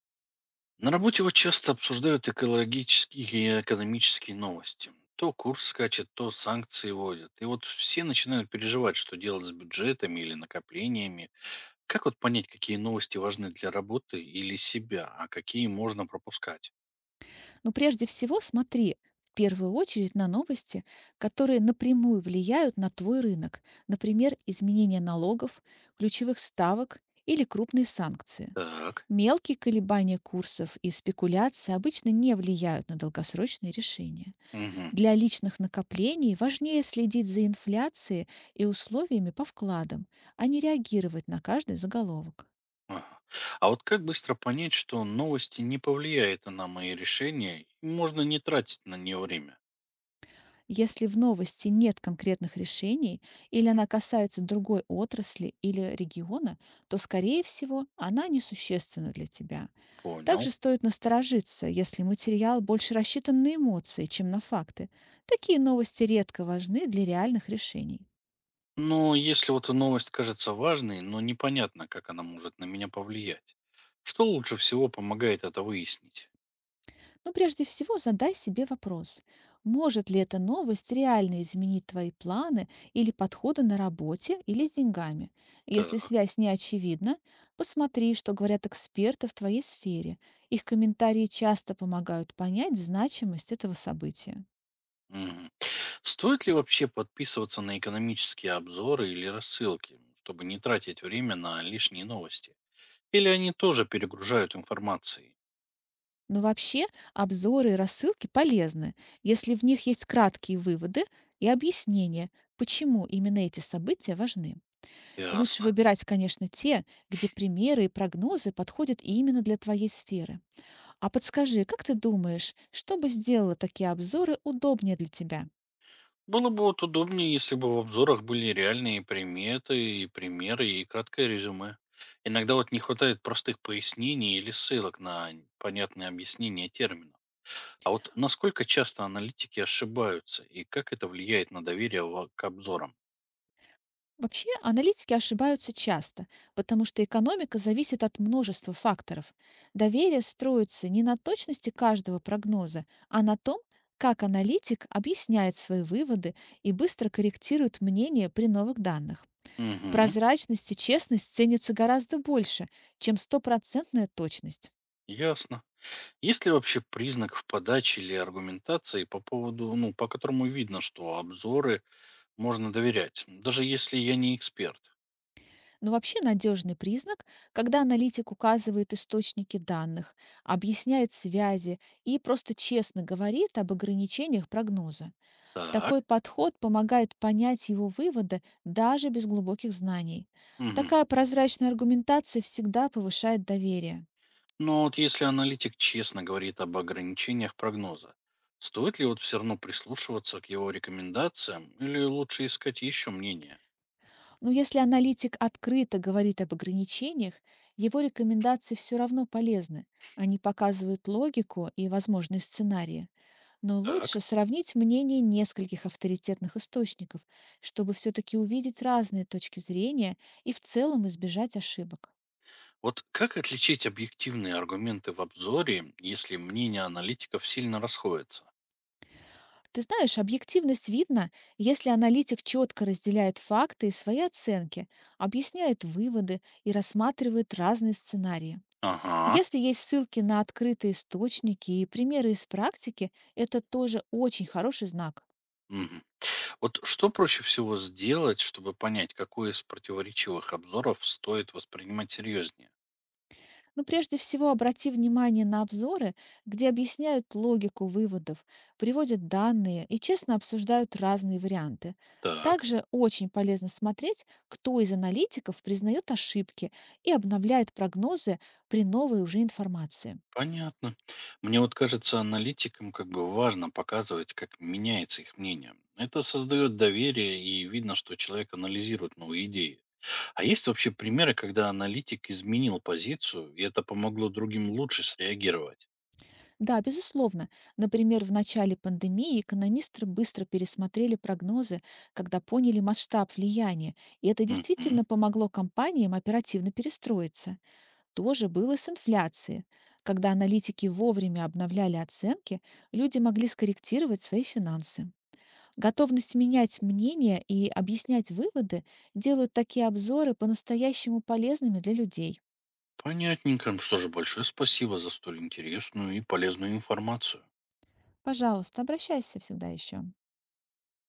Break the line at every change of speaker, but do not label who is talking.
На работе вот часто обсуждают экологические и экономические новости. То курс скачет, то санкции вводят. И вот все начинают переживать, что делать с бюджетами или накоплениями. Как вот понять, какие новости важны для работы или себя, а какие можно пропускать?
Но прежде всего смотри в первую очередь на новости, которые напрямую влияют на твой рынок, например, изменение налогов, ключевых ставок или крупные санкции.
Так.
Мелкие колебания курсов и спекуляции обычно не влияют на долгосрочные решения.
Мгм.
Для личных накоплений важнее следить за инфляцией и условиями по вкладам, а не реагировать на каждый заголовок.
Ага. А вот как быстро понять, что новости не повлияют на мои решения, и можно не тратить на нее время?
Если в новости нет конкретных решений или она касается другой отрасли или региона, то, скорее всего, она несущественна для тебя.
Понял.
Также стоит насторожиться, если материал больше рассчитан на эмоции, чем на факты. Такие новости редко важны для реальных решений.
Но если вот новость кажется важной, но непонятно, как она может на меня повлиять. Что лучше всего помогает это выяснить?
Но прежде всего задай себе вопрос, может ли эта новость реально изменить твои планы или подходы на работе или с деньгами. Если
Так.
связь не очевидна, посмотри, что говорят эксперты в твоей сфере. Их комментарии часто помогают понять значимость этого события.
Мгм. Стоит ли вообще подписываться на экономические обзоры или рассылки, чтобы не тратить время на лишние новости? Или они тоже перегружают информацией?
Но вообще обзоры и рассылки полезны, если в них есть краткие выводы и объяснения, почему именно эти события важны. Лучше
Ясно.
выбирать, конечно, те, где примеры и прогнозы подходят именно для твоей сферы. А подскажи, как ты думаешь, что бы сделало такие обзоры удобнее для тебя?
Было бы вот удобнее, если бы в обзорах были реальные приметы и примеры и краткое резюме. Иногда вот не хватает простых пояснений или ссылок на понятные объяснения терминов. А вот насколько часто аналитики ошибаются и как это влияет на доверие к обзорам?
Вообще, аналитики ошибаются часто, потому что экономика зависит от множества факторов. Доверие строится не на точности каждого прогноза, а на том, как аналитик объясняет свои выводы и быстро корректирует мнение при новых данных.
Угу.
Прозрачность и честность ценятся гораздо больше, чем стопроцентная точность.
Ясно. Есть ли вообще признак в подаче или аргументации по поводу, ну, по которому видно, что обзоры можно доверять, даже если я не эксперт?
Но вообще надежный признак, когда аналитик указывает источники данных, объясняет связи и просто честно говорит об ограничениях прогноза.
Так.
Такой подход помогает понять его выводы даже без глубоких знаний.
Мгм.
Такая прозрачная аргументация всегда повышает доверие.
Но вот если аналитик честно говорит об ограничениях прогноза, стоит ли вот все равно прислушиваться к его рекомендациям или лучше искать еще мнение?
Но если аналитик открыто говорит об ограничениях, его рекомендации все равно полезны. Они показывают логику и возможные сценарии. Но
Так.
лучше сравнить мнение нескольких авторитетных источников, чтобы все-таки увидеть разные точки зрения и в целом избежать ошибок.
Вот как отличить объективные аргументы в обзоре, если мнения аналитиков сильно расходятся?
Ты знаешь, объективность видно, если аналитик четко разделяет факты и свои оценки, объясняет выводы и рассматривает разные сценарии.
Ага.
Если есть ссылки на открытые источники и примеры из практики, это тоже очень хороший знак.
Мгм. Вот что проще всего сделать, чтобы понять, какой из противоречивых обзоров стоит воспринимать серьезнее?
Но прежде всего обрати внимание на обзоры, где объясняют логику выводов, приводят данные и честно обсуждают разные варианты.
Так.
Также очень полезно смотреть, кто из аналитиков признает ошибки и обновляет прогнозы при новой уже информации.
Понятно. Мне вот кажется, аналитикам как бы важно показывать, как меняется их мнение. Это создает доверие, и видно, что человек анализирует новые идеи. А есть вообще примеры, когда аналитик изменил позицию, и это помогло другим лучше среагировать?
Да, безусловно. Например, в начале пандемии экономисты быстро пересмотрели прогнозы, когда поняли масштаб влияния, и это
Мгм.
действительно помогло компаниям оперативно перестроиться. То же было и с инфляцией. Когда аналитики вовремя обновляли оценки, люди могли скорректировать свои финансы. Готовность менять мнение и объяснять выводы делают такие обзоры по-настоящему полезными для людей.
Понятненько. Что же, большое спасибо за столь интересную и полезную информацию.
Пожалуйста, обращайся всегда еще.